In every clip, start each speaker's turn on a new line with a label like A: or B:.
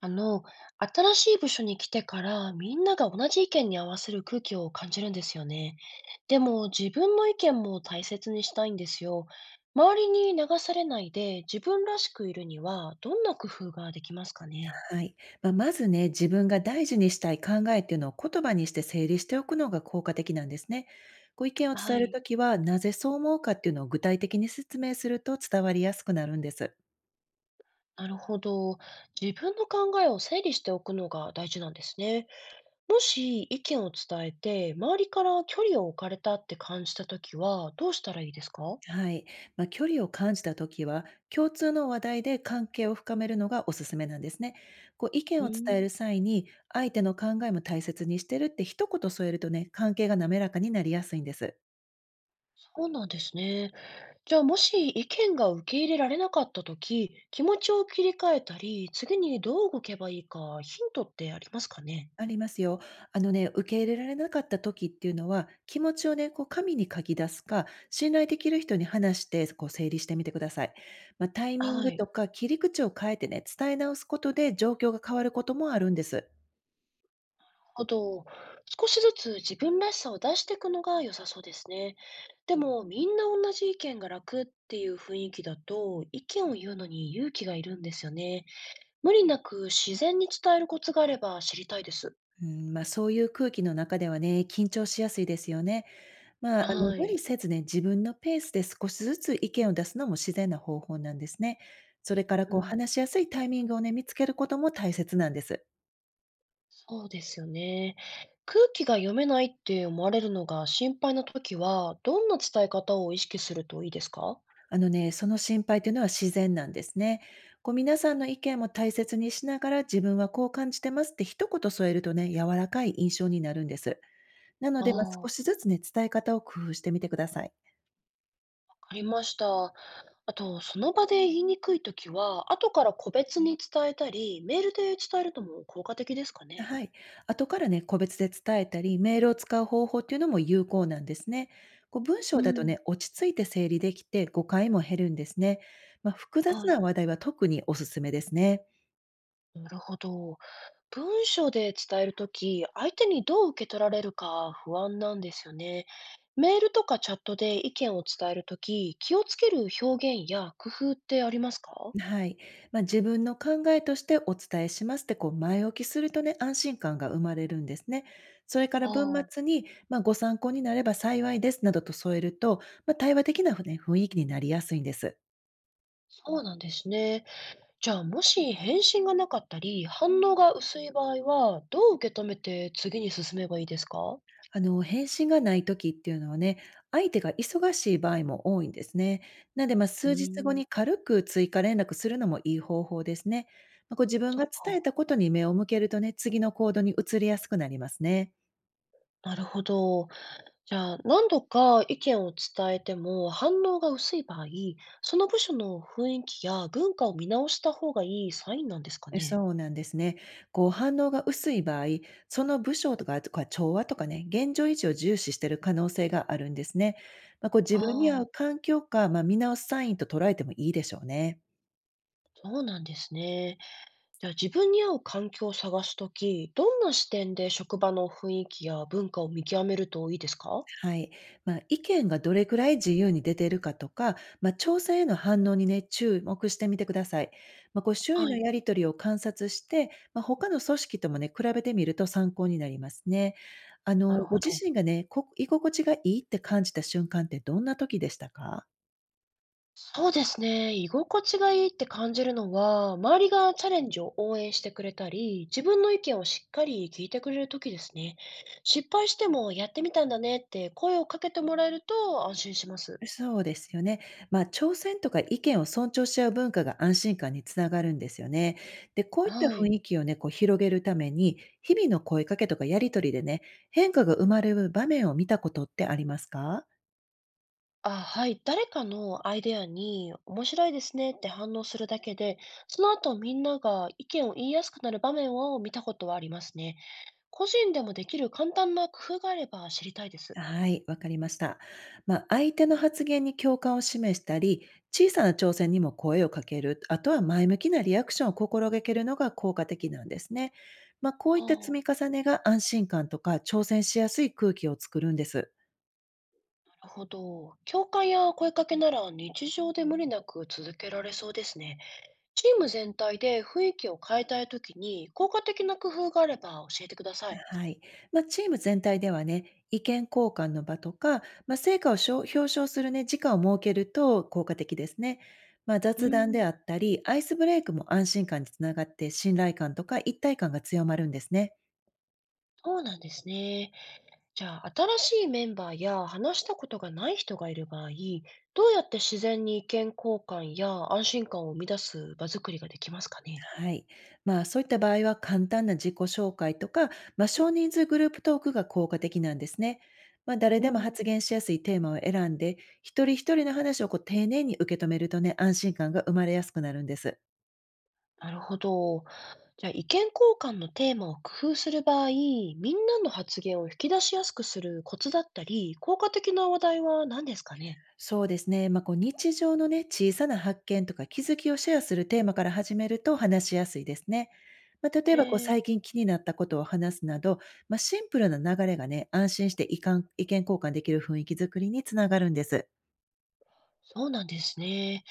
A: あの、新しい部署に来てからみんなが同じ意見に合わせる空気を感じるんですよね。でも自分の意見も大切にしたいんですよ。周りに流されないで自分らしくいるにはどんな工夫ができますかね。
B: はい。まあ、まずね、自分が大事にしたい考えっていうのを言葉にして整理しておくのが効果的なんですね。ご意見を
A: は
B: 伝える
A: い。
B: ときは、なぜそう思うかっていうのを具体的に説明すると伝わりやすくなるんです。
A: なるほど。自分の考えを整理しておくのが大事なんですね。もし意見を伝えて周りから距離を置かれたって感じたときはどうしたらいいですか。
B: はい。まあ、距離を感じたときは、共通の話題で関係を深めるのがおすすめなんですね。こう意
A: う
B: 見を
A: ん。
B: 伝える際に、相手の考えも大切にしてるって一言添えるとね、関係が滑らかになりやすいんです。
A: そうなんですね。じゃあ、もし意見が受け入れられなかったとき、気持ちを切り替えたり、次にどう動けばいいか、ヒントってありますかね？
B: ありますよ。あのね、受け入れられなかった時っていうのは、気持ちをね、こう紙に書き出すか、信頼できる人に話して、こう整理してみてください。まあ、タイミン
A: は
B: グ
A: い。
B: とか切り口を変えてね、伝え直すことで状況が変わることもあるんです。
A: あと、少しずつ自分らしさを出していくのが良さそうですね。でも、みんな同じ意見が楽っていう雰囲気だと、意見を言うのに勇気がいるんですよね。無理なく自然に伝えるコツがあれば知りたいです。
B: うん、まあ、そういう空気の中ではね、緊張しやすいですよね。まあ、あの、
A: は
B: 無
A: い。
B: 理せずね、自分のペースで少しずつ意見を出すのも自然な方法なんですね。それから、
A: う
B: こう、
A: ん。
B: 話しやすいタイミングをね、見つけることも大切なんです。
A: そうですよね。空気が読めないって思われるのが心配な時は、どんな伝え方を意識するといいですか。
B: あのね、その心配というのは自然なんですね。こう皆さんの意見も大切にしながら自分はこう感じてますって一言添えるとね、柔らかい印象になるんです。なの
A: あ
B: で、まあ、
A: あ、わ
B: 少しずつね、伝え方を工夫してみてください。
A: かりました。あと、その場で言いにくい時は、後から個別に伝えたり、メールで伝えるとも効果的ですかね。
B: はい。後からね、個別で伝えたり、メールを使う方法っていうのも有効なんですね。こう文
A: う
B: 章だと
A: ん。
B: ね、落ち着いて整理できて誤解も減るんですね。まあ、複雑
A: はい。
B: な話題は特におすすめですね。
A: なるほど。文章で伝えるとき、相手にどう受け取られるか不安なんですよね。メールとかチャットで意見を伝えるとき、気をつける表現や工夫ってありますか。
B: はい。まあ、自分の考えとしてお伝えしますって、こう、前置きするとね、安心感が生まれるんですね。それから文
A: ああ、
B: 末に、まあ、ご参考になれば幸いですなどと添えると、まあ、対話的なね、雰囲気になりやすいんです。
A: そうなんですね。じゃあ、もし返信がなかったり、反応が薄い場合は、どう受け止めて次に進めばいいですか。
B: あの、返信がない時っていうのはね、相手が忙しい場合も多いんですね。なので、まあ、
A: う
B: 数日後
A: ーん、
B: に軽く追加連絡するのもいい方法ですね。まあ、こう、自分
A: そっ
B: が
A: か、
B: 伝えたことに目を向けるとね、次の行動に移りやすくなりますね。
A: なるほど。じゃあ、何度か意見を伝えても反応が薄い場合、その部署の雰囲気や文化を見直した方がいいサインなんですか
B: え、
A: ね。
B: そうなんですね。こう反応が薄い場合、その部署とか、あとか調和とかね、現状維持を重視している可能性があるんですね。まあ、こう自分に
A: あ
B: 合う
A: あ、
B: 環境か、まあ、見直すサインと捉えてもいいでしょうね。
A: そうなんですね。じゃあ、自分に合う環境を探すとき、どんな視点で職場の雰囲気や文化を見極めるといいですか。
B: はい。まあ、意見がどれくらい自由に出ているかとか、まあ、調査への反応にね、注目してみてください。まあ、こう周囲
A: は
B: の
A: い、
B: やりとりを観察して、まあ、他の組織ともね、比べてみると参考になりますね。あ
A: な
B: の、
A: る
B: ご
A: ほ
B: 自
A: ど。
B: 身がね、こ居心地がいいって感じた瞬間ってどんな時でしたか？
A: そうですね。居心地がいいって感じるのは、周りがチャレンジを応援してくれたり、自分の意見をしっかり聞いてくれる時ですね。失敗してもやってみたんだねって声をかけてもらえると安心します。
B: そうですよね。まあ、挑戦とか意見を尊重し合う文化が安心感につながるんですよね。で、こういった
A: はい。
B: 雰囲気をね、こう広げるために、日々の声かけとかやりとりでね、変化が生まれる場面を見たことってありますか？
A: あ、はい。誰かのアイデアに面白いですねって反応するだけで、その後みんなが意見を言いやすくなる場面を見たことはありますね。個人でもできる簡単な工夫があれば知りたいです。
B: はい、わかりました。まあ、相手の発言に共感を示したり、小さな挑戦にも声をかける、あとは前向きなリアクションを心がけるのが効果的なんですね。まあ、こうい
A: あ
B: った積み
A: あ。
B: 重ねが安心感とか挑戦しやすい空気を作るんです。
A: るほど。共感や声かけなら日常で無理なく続けられそうですね。チーム全体で雰囲気を変えたいときに効果的な工夫があれば教えてください。
B: はい。まあ、チーム全体ではね、意見交換の場とか、まあ、成果をしょ表彰するね、時間を設けると効果的ですね。まあ、
A: うー
B: 雑談
A: ん、
B: であったり、アイスブレイクも安心感につながって、信頼感とか一体感が強まるんですね。
A: そうなんですね。じゃあ、新しいメンバーや話したことがない人がいる場合、どうやって自然に意見交換や安心感を生み出す場作りができますかね。
B: はい。まあ、そういった場合は簡単な自己紹介とか、まあ、少人数グループトークが効果的なんですね。まあ、誰
A: う
B: でも
A: ん。
B: 発言しやすいテーマを選んで、一人一人の話をこう丁寧に受け止めるとね、安心感が生まれやすくなるんです。
A: なるほど。じゃあ、意見交換のテーマを工夫する場合、みんなの発言を引き出しやすくするコツだったり、効果的な話題は何ですかね。
B: そうですね。まあ、こう日常のね、小さな発見とか気づきをシェアするテーマから始めると話しやすいですね。まあ、例えばこう
A: ええ、
B: 最近気になったことを話すなど、まあ、シンプルな流れがね、安心して意見交換できる雰囲気づくりにつながるんです。
A: そうなんですね。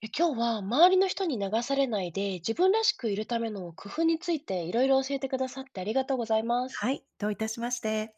A: いや今日は周りの人に流されないで自分らしくいるための工夫についていろいろ教えてくださってありがとうございます。
B: はい、どういたしまして。